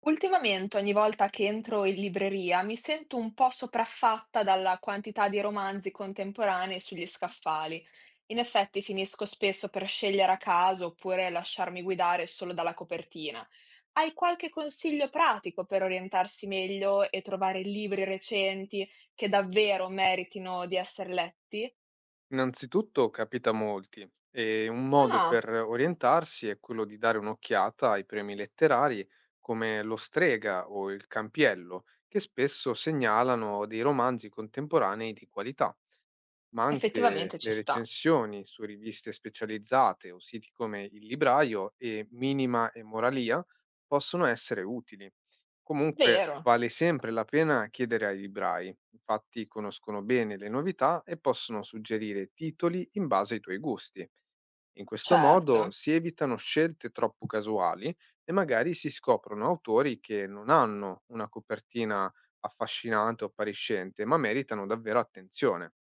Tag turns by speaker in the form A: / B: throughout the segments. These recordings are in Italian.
A: Ultimamente, ogni volta che entro in libreria, mi sento un po' sopraffatta dalla quantità di romanzi contemporanei sugli scaffali. In effetti, finisco spesso per scegliere a caso oppure lasciarmi guidare solo dalla copertina. Hai qualche consiglio pratico per orientarsi meglio e trovare libri recenti che davvero meritino di essere letti?
B: Innanzitutto capita a molti e un modo
A: Ah,
B: per orientarsi è quello di dare un'occhiata ai premi letterari come Lo Strega o Il Campiello, che spesso segnalano dei romanzi contemporanei di qualità. Ma anche
A: effettivamente ci
B: le
A: sta.
B: recensioni su riviste specializzate o siti come Il Libraio e Minima e Moralia possono essere utili. Comunque
A: Vero,
B: vale sempre la pena chiedere ai librai, infatti conoscono bene le novità e possono suggerire titoli in base ai tuoi gusti. In questo
A: certo.
B: modo si evitano scelte troppo casuali e magari si scoprono autori che non hanno una copertina affascinante o appariscente, ma meritano davvero attenzione.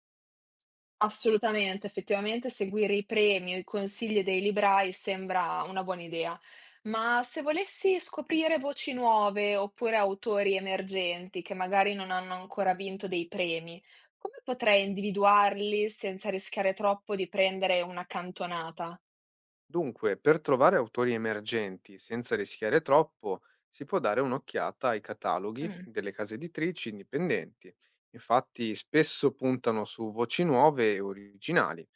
A: Assolutamente, effettivamente seguire i premi o i consigli dei librai sembra una buona idea, ma se volessi scoprire voci nuove oppure autori emergenti che magari non hanno ancora vinto dei premi, come potrei individuarli senza rischiare troppo di prendere una cantonata?
B: Dunque, per trovare autori emergenti senza rischiare troppo, si può dare un'occhiata ai cataloghi
A: Mm,
B: delle case editrici indipendenti. Infatti, spesso puntano su voci nuove e originali,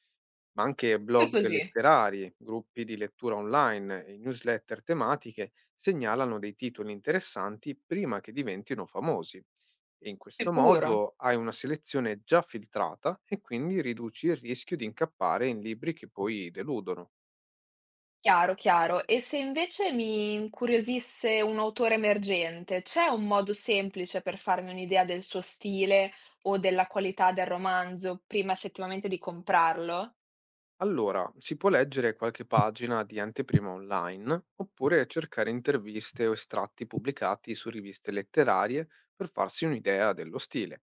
B: ma anche
A: poi
B: blog
A: così,
B: letterari, gruppi di lettura online e newsletter tematiche segnalano dei titoli interessanti prima che diventino famosi. E in questo
A: sicuro.
B: modo hai una selezione già filtrata e quindi riduci il rischio di incappare in libri che poi deludono.
A: Chiaro, chiaro. E se invece mi incuriosisse un autore emergente, c'è un modo semplice per farmi un'idea del suo stile o della qualità del romanzo prima effettivamente di comprarlo?
B: Allora, si può leggere qualche pagina di anteprima online oppure cercare interviste o estratti pubblicati su riviste letterarie per farsi un'idea dello stile.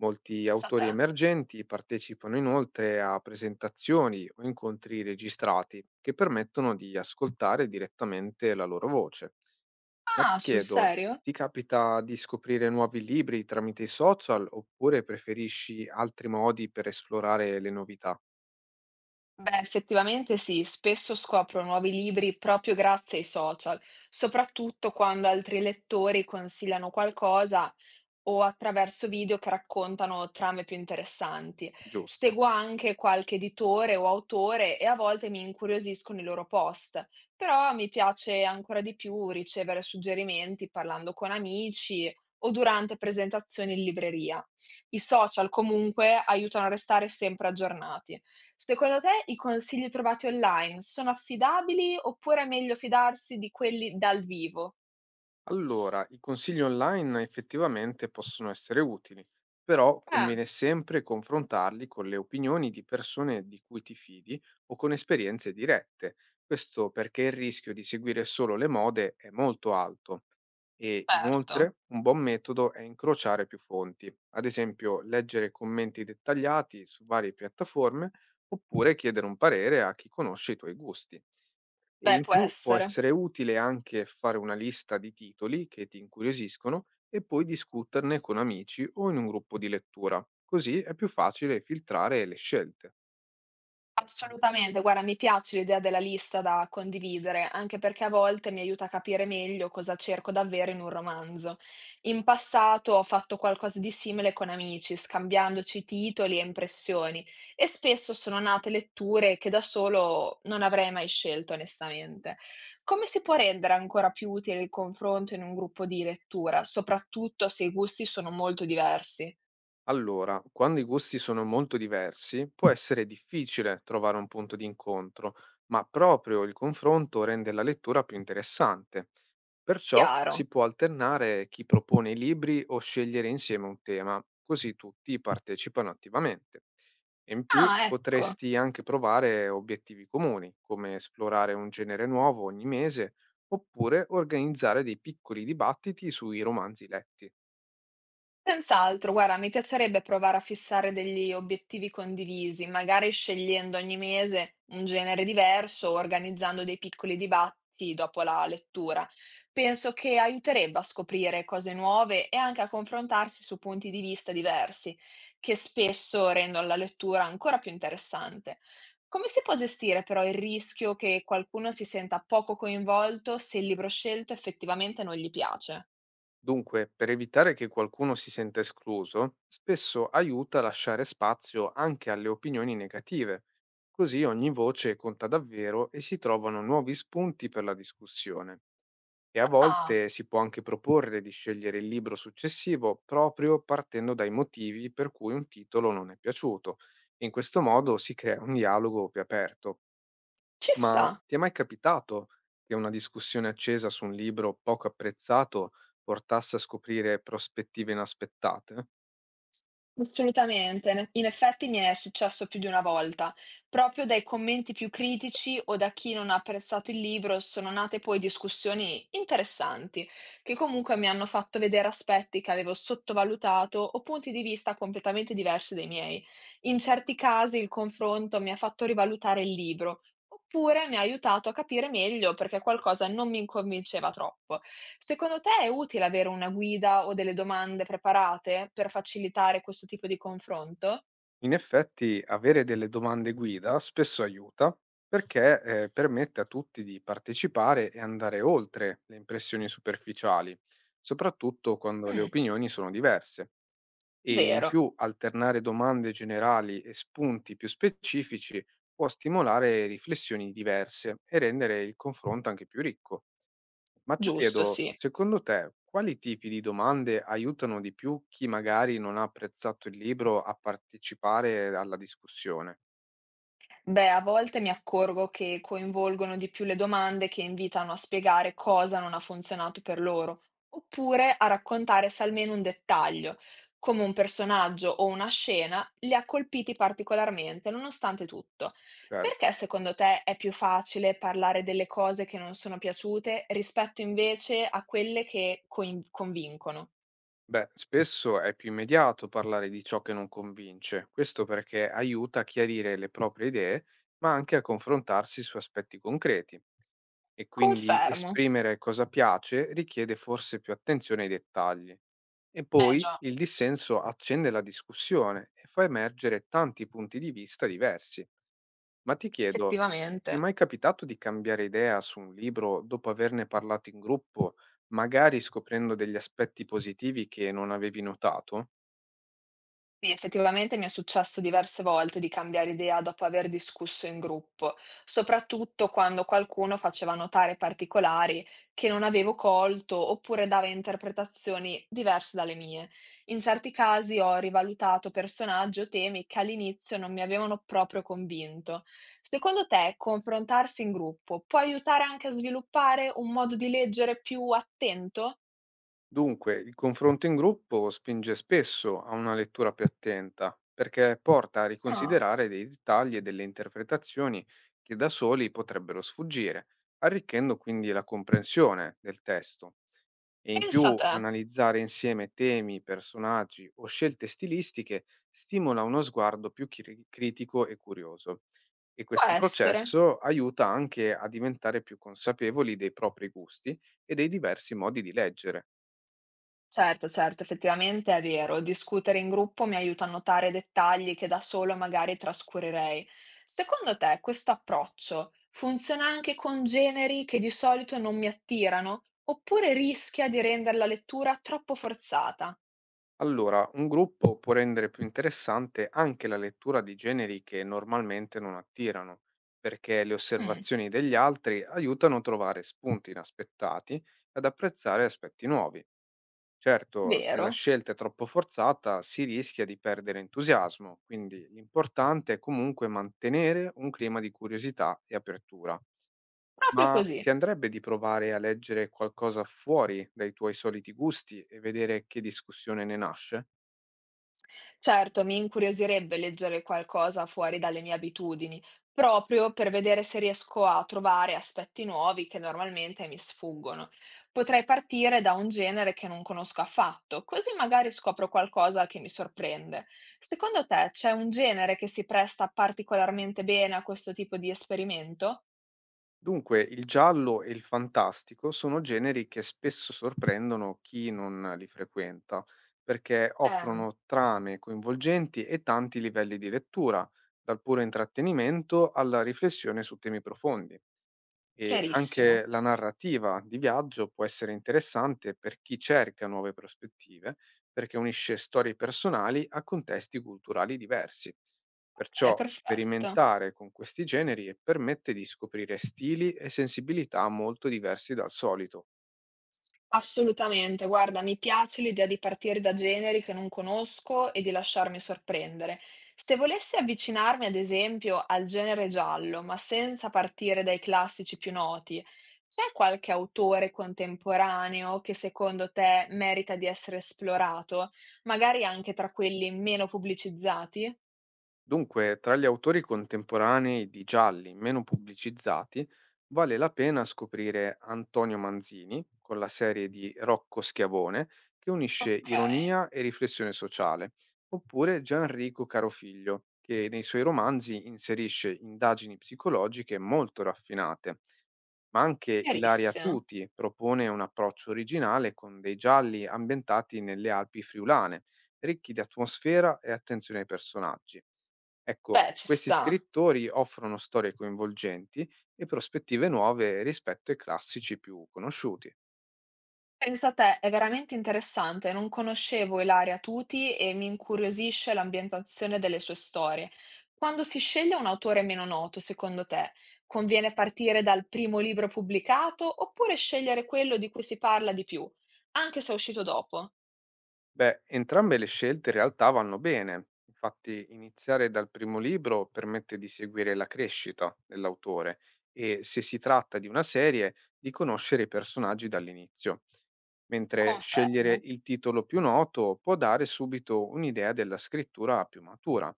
B: Molti
A: Pensa
B: autori
A: te.
B: emergenti partecipano inoltre a presentazioni o incontri registrati che permettono di ascoltare direttamente la loro voce. Ma ti
A: Ah, sul
B: chiedo,
A: serio?
B: ti capita di scoprire nuovi libri tramite i social oppure preferisci altri modi per esplorare le novità?
A: Beh, effettivamente sì, spesso scopro nuovi libri proprio grazie ai social, soprattutto quando altri lettori consigliano qualcosa o attraverso video che raccontano trame più interessanti.
B: Giusto.
A: Seguo anche qualche editore o autore e a volte mi incuriosiscono i loro post, però mi piace ancora di più ricevere suggerimenti parlando con amici o durante presentazioni in libreria. I social comunque aiutano a restare sempre aggiornati. Secondo te i consigli trovati online sono affidabili oppure è meglio fidarsi di quelli dal vivo?
B: Allora, i consigli online effettivamente possono essere utili, però
A: Eh,
B: conviene sempre confrontarli con le opinioni di persone di cui ti fidi o con esperienze dirette. Questo perché il rischio di seguire solo le mode è molto alto. E
A: certo.
B: inoltre un buon metodo è incrociare più fonti, ad esempio leggere commenti dettagliati su varie piattaforme oppure chiedere un parere a chi conosce i tuoi gusti. E
A: Beh,
B: in
A: può
B: più può
A: essere.
B: essere utile anche fare una lista di titoli che ti incuriosiscono e poi discuterne con amici o in un gruppo di lettura. Così è più facile filtrare le scelte.
A: Assolutamente, guarda, mi piace l'idea della lista da condividere, anche perché a volte mi aiuta a capire meglio cosa cerco davvero in un romanzo. In passato ho fatto qualcosa di simile con amici, scambiandoci titoli e impressioni, e spesso sono nate letture che da solo non avrei mai scelto, onestamente. Come si può rendere ancora più utile il confronto in un gruppo di lettura, soprattutto se i gusti sono molto diversi?
B: Allora, quando i gusti sono molto diversi, può essere difficile trovare un punto di incontro, ma proprio il confronto rende la lettura più interessante. Perciò
A: Chiaro.
B: si può alternare chi propone i libri o scegliere insieme un tema, così tutti partecipano attivamente. E in più
A: Ah, ecco.
B: potresti anche provare obiettivi comuni, come esplorare un genere nuovo ogni mese, oppure organizzare dei piccoli dibattiti sui romanzi letti.
A: Senz'altro, guarda, mi piacerebbe provare a fissare degli obiettivi condivisi, magari scegliendo ogni mese un genere diverso o organizzando dei piccoli dibattiti dopo la lettura. Penso che aiuterebbe a scoprire cose nuove e anche a confrontarsi su punti di vista diversi, che spesso rendono la lettura ancora più interessante. Come si può gestire però il rischio che qualcuno si senta poco coinvolto se il libro scelto effettivamente non gli piace?
B: Dunque, per evitare che qualcuno si senta escluso, spesso aiuta a lasciare spazio anche alle opinioni negative, così ogni voce conta davvero e si trovano nuovi spunti per la discussione. E a
A: Ah,
B: volte si può anche proporre di scegliere il libro successivo proprio partendo dai motivi per cui un titolo non è piaciuto. In questo modo si crea un dialogo più aperto.
A: ci sta.
B: Ma ti è mai capitato che una discussione accesa su un libro poco apprezzato portasse a scoprire prospettive inaspettate?
A: Assolutamente, ne in effetti mi è successo più di una volta. Proprio dai commenti più critici o da chi non ha apprezzato il libro sono nate poi discussioni interessanti, che comunque mi hanno fatto vedere aspetti che avevo sottovalutato o punti di vista completamente diversi dai miei. In certi casi il confronto mi ha fatto rivalutare il libro. Oppure mi ha aiutato a capire meglio perché qualcosa non mi convinceva troppo. Secondo te è utile avere una guida o delle domande preparate per facilitare questo tipo di confronto?
B: In effetti, avere delle domande guida spesso aiuta perché permette a tutti di partecipare e andare oltre le impressioni superficiali, soprattutto quando le
A: Mm,
B: opinioni sono diverse. E in
A: vero,
B: più alternare domande generali e spunti più specifici può stimolare riflessioni diverse e rendere il confronto anche più ricco. Ma ti
A: giusto,
B: chiedo,
A: sì.
B: secondo te, quali tipi di domande aiutano di più chi magari non ha apprezzato il libro a partecipare alla discussione?
A: Beh, a volte mi accorgo che coinvolgono di più le domande che invitano a spiegare cosa non ha funzionato per loro, oppure a raccontare se almeno un dettaglio, come un personaggio o una scena, li ha colpiti particolarmente, nonostante tutto.
B: Certo.
A: Perché secondo te è più facile parlare delle cose che non sono piaciute rispetto invece a quelle che convincono?
B: Beh, spesso è più immediato parlare di ciò che non convince, questo perché aiuta a chiarire le proprie idee, ma anche a confrontarsi su aspetti concreti. E quindi
A: Confermo.
B: esprimere cosa piace richiede forse più attenzione ai dettagli. E
A: Eh
B: poi
A: già,
B: il dissenso accende la discussione e fa emergere tanti punti di vista diversi. Ma ti chiedo, ti è
A: effettivamente.
B: mai capitato di cambiare idea su un libro dopo averne parlato in gruppo, magari scoprendo degli aspetti positivi che non avevi notato?
A: Sì, effettivamente mi è successo diverse volte di cambiare idea dopo aver discusso in gruppo, soprattutto quando qualcuno faceva notare particolari che non avevo colto oppure dava interpretazioni diverse dalle mie. In certi casi ho rivalutato personaggi o temi che all'inizio non mi avevano proprio convinto. Secondo te, confrontarsi in gruppo può aiutare anche a sviluppare un modo di leggere più attento?
B: Dunque, il confronto in gruppo spinge spesso a una lettura più attenta, perché porta a
A: Ah,
B: riconsiderare dei dettagli e delle interpretazioni che da soli potrebbero sfuggire, arricchendo quindi la comprensione del testo. E in
A: pensa
B: più
A: te,
B: analizzare insieme temi, personaggi o scelte stilistiche stimola uno sguardo più critico e curioso. E
A: può
B: questo
A: essere.
B: processo aiuta anche a diventare più consapevoli dei propri gusti e dei diversi modi di leggere.
A: Certo, certo, effettivamente è vero. Discutere in gruppo mi aiuta a notare dettagli che da solo magari trascurerei. Secondo te, questo approccio funziona anche con generi che di solito non mi attirano, oppure rischia di rendere la lettura troppo forzata?
B: Allora, un gruppo può rendere più interessante anche la lettura di generi che normalmente non attirano, perché le
A: Mm,
B: osservazioni degli altri aiutano a trovare spunti inaspettati e ad apprezzare aspetti nuovi. Certo, se la
A: vero,
B: scelta è troppo forzata si rischia di perdere entusiasmo, quindi l'importante è comunque mantenere un clima di curiosità e apertura.
A: proprio
B: Ma
A: così.
B: ti andrebbe di provare a leggere qualcosa fuori dai tuoi soliti gusti e vedere che discussione ne nasce?
A: Certo, mi incuriosirebbe leggere qualcosa fuori dalle mie abitudini, proprio per vedere se riesco a trovare aspetti nuovi che normalmente mi sfuggono. Potrei partire da un genere che non conosco affatto, così magari scopro qualcosa che mi sorprende. Secondo te c'è un genere che si presta particolarmente bene a questo tipo di esperimento?
B: Dunque, il giallo e il fantastico sono generi che spesso sorprendono chi non li frequenta, perché
A: Eh,
B: offrono trame coinvolgenti e tanti livelli di lettura, dal puro intrattenimento alla riflessione su temi profondi. E
A: chiarissimo.
B: anche la narrativa di viaggio può essere interessante per chi cerca nuove prospettive, perché unisce storie personali a contesti culturali diversi.
A: È
B: Perciò
A: perfetto.
B: sperimentare con questi generi permette di scoprire stili e sensibilità molto diversi dal solito.
A: Assolutamente, guarda, mi piace l'idea di partire da generi che non conosco e di lasciarmi sorprendere. Se volessi avvicinarmi, ad esempio, al genere giallo, ma senza partire dai classici più noti, c'è qualche autore contemporaneo che secondo te merita di essere esplorato, magari anche tra quelli meno pubblicizzati?
B: Dunque, tra gli autori contemporanei di gialli meno pubblicizzati, vale la pena scoprire Antonio Manzini con la serie di Rocco Schiavone, che unisce
A: Ok,
B: ironia e riflessione sociale, oppure Gianrico Carofiglio, che nei suoi romanzi inserisce indagini psicologiche molto raffinate, ma anche Ilaria
A: chiarissimo.
B: Tuti propone un approccio originale con dei gialli ambientati nelle Alpi friulane, ricchi di atmosfera e attenzione ai personaggi. Ecco,
A: Beh, ci
B: questi
A: sta.
B: scrittori offrono storie coinvolgenti e prospettive nuove rispetto ai classici più conosciuti.
A: Pensa te, è veramente interessante, non conoscevo Ilaria Tuti e mi incuriosisce l'ambientazione delle sue storie. Quando si sceglie un autore meno noto, secondo te, conviene partire dal primo libro pubblicato oppure scegliere quello di cui si parla di più, anche se è uscito dopo?
B: Beh, entrambe le scelte in realtà vanno bene, infatti iniziare dal primo libro permette di seguire la crescita dell'autore e se si tratta di una serie di conoscere i personaggi dall'inizio, mentre scegliere
A: Confermo.
B: il titolo più noto può dare subito un'idea della scrittura più matura.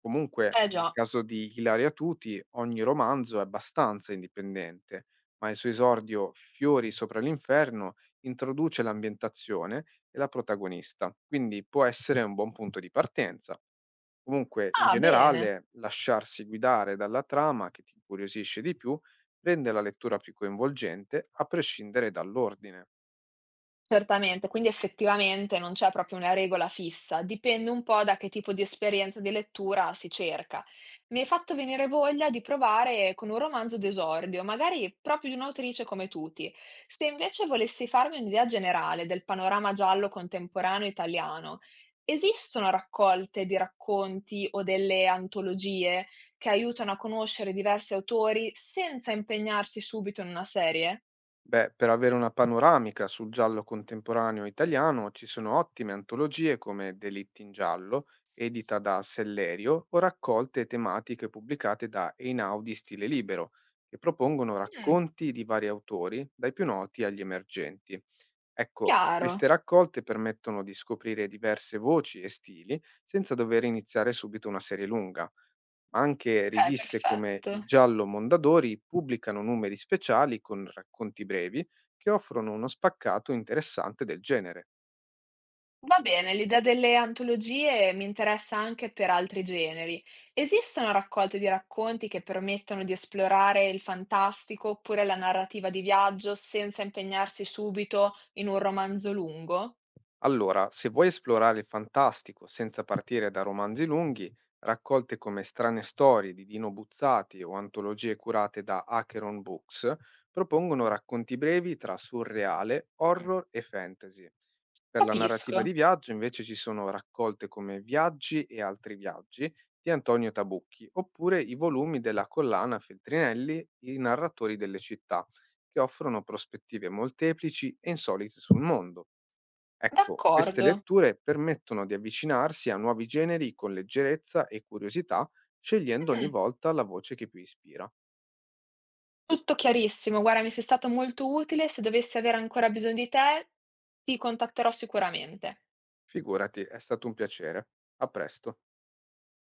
B: Comunque,
A: Eh
B: nel
A: già.
B: caso di Ilaria Tuti, ogni romanzo è abbastanza indipendente, ma il suo esordio Fiori sopra l'inferno introduce l'ambientazione e la protagonista, quindi può essere un buon punto di partenza. Comunque, in
A: Ah, bene.
B: generale, lasciarsi guidare dalla trama che ti incuriosisce di più rende la lettura più coinvolgente, a prescindere dall'ordine.
A: Certamente, quindi effettivamente non c'è proprio una regola fissa, dipende un po' da che tipo di esperienza di lettura si cerca. Mi hai fatto venire voglia di provare con un romanzo d'esordio, magari proprio di un'autrice come Tuti. Se invece volessi farmi un'idea generale del panorama giallo contemporaneo italiano, esistono raccolte di racconti o delle antologie che aiutano a conoscere diversi autori senza impegnarsi subito in una serie?
B: Beh, per avere una panoramica sul giallo contemporaneo italiano ci sono ottime antologie come Delitti in giallo, edita da Sellerio, o raccolte tematiche pubblicate da Einaudi Stile Libero, che propongono
A: Mm.
B: racconti di vari autori, dai più noti agli emergenti. Ecco,
A: Chiaro.
B: queste raccolte permettono di scoprire diverse voci e stili senza dover iniziare subito una serie lunga. Ma anche
A: Okay,
B: riviste come
A: perfetto.
B: Il Giallo Mondadori pubblicano numeri speciali con racconti brevi che offrono uno spaccato interessante del genere.
A: Va bene, l'idea delle antologie mi interessa anche per altri generi. Esistono raccolte di racconti che permettono di esplorare il fantastico oppure la narrativa di viaggio senza impegnarsi subito in un romanzo lungo?
B: Allora, se vuoi esplorare il fantastico senza partire da romanzi lunghi, raccolte come Strane storie di Dino Buzzati o antologie curate da Acheron Books propongono racconti brevi tra surreale,
A: Mh,
B: horror e fantasy. Per la
A: capisco,
B: narrativa di viaggio invece ci sono raccolte come Viaggi e altri viaggi di Antonio Tabucchi, oppure i volumi della collana Feltrinelli, I narratori delle città, che offrono prospettive molteplici e insolite sul mondo. Ecco, queste
A: d'accordo.
B: letture permettono di avvicinarsi a nuovi generi con leggerezza e curiosità, scegliendo ogni
A: Mh,
B: volta la voce che più ispira.
A: tutto chiarissimo. Guarda, mi sei stato molto utile, se dovessi avere ancora bisogno di te, ti contatterò sicuramente.
B: Figurati, è stato un piacere. A presto.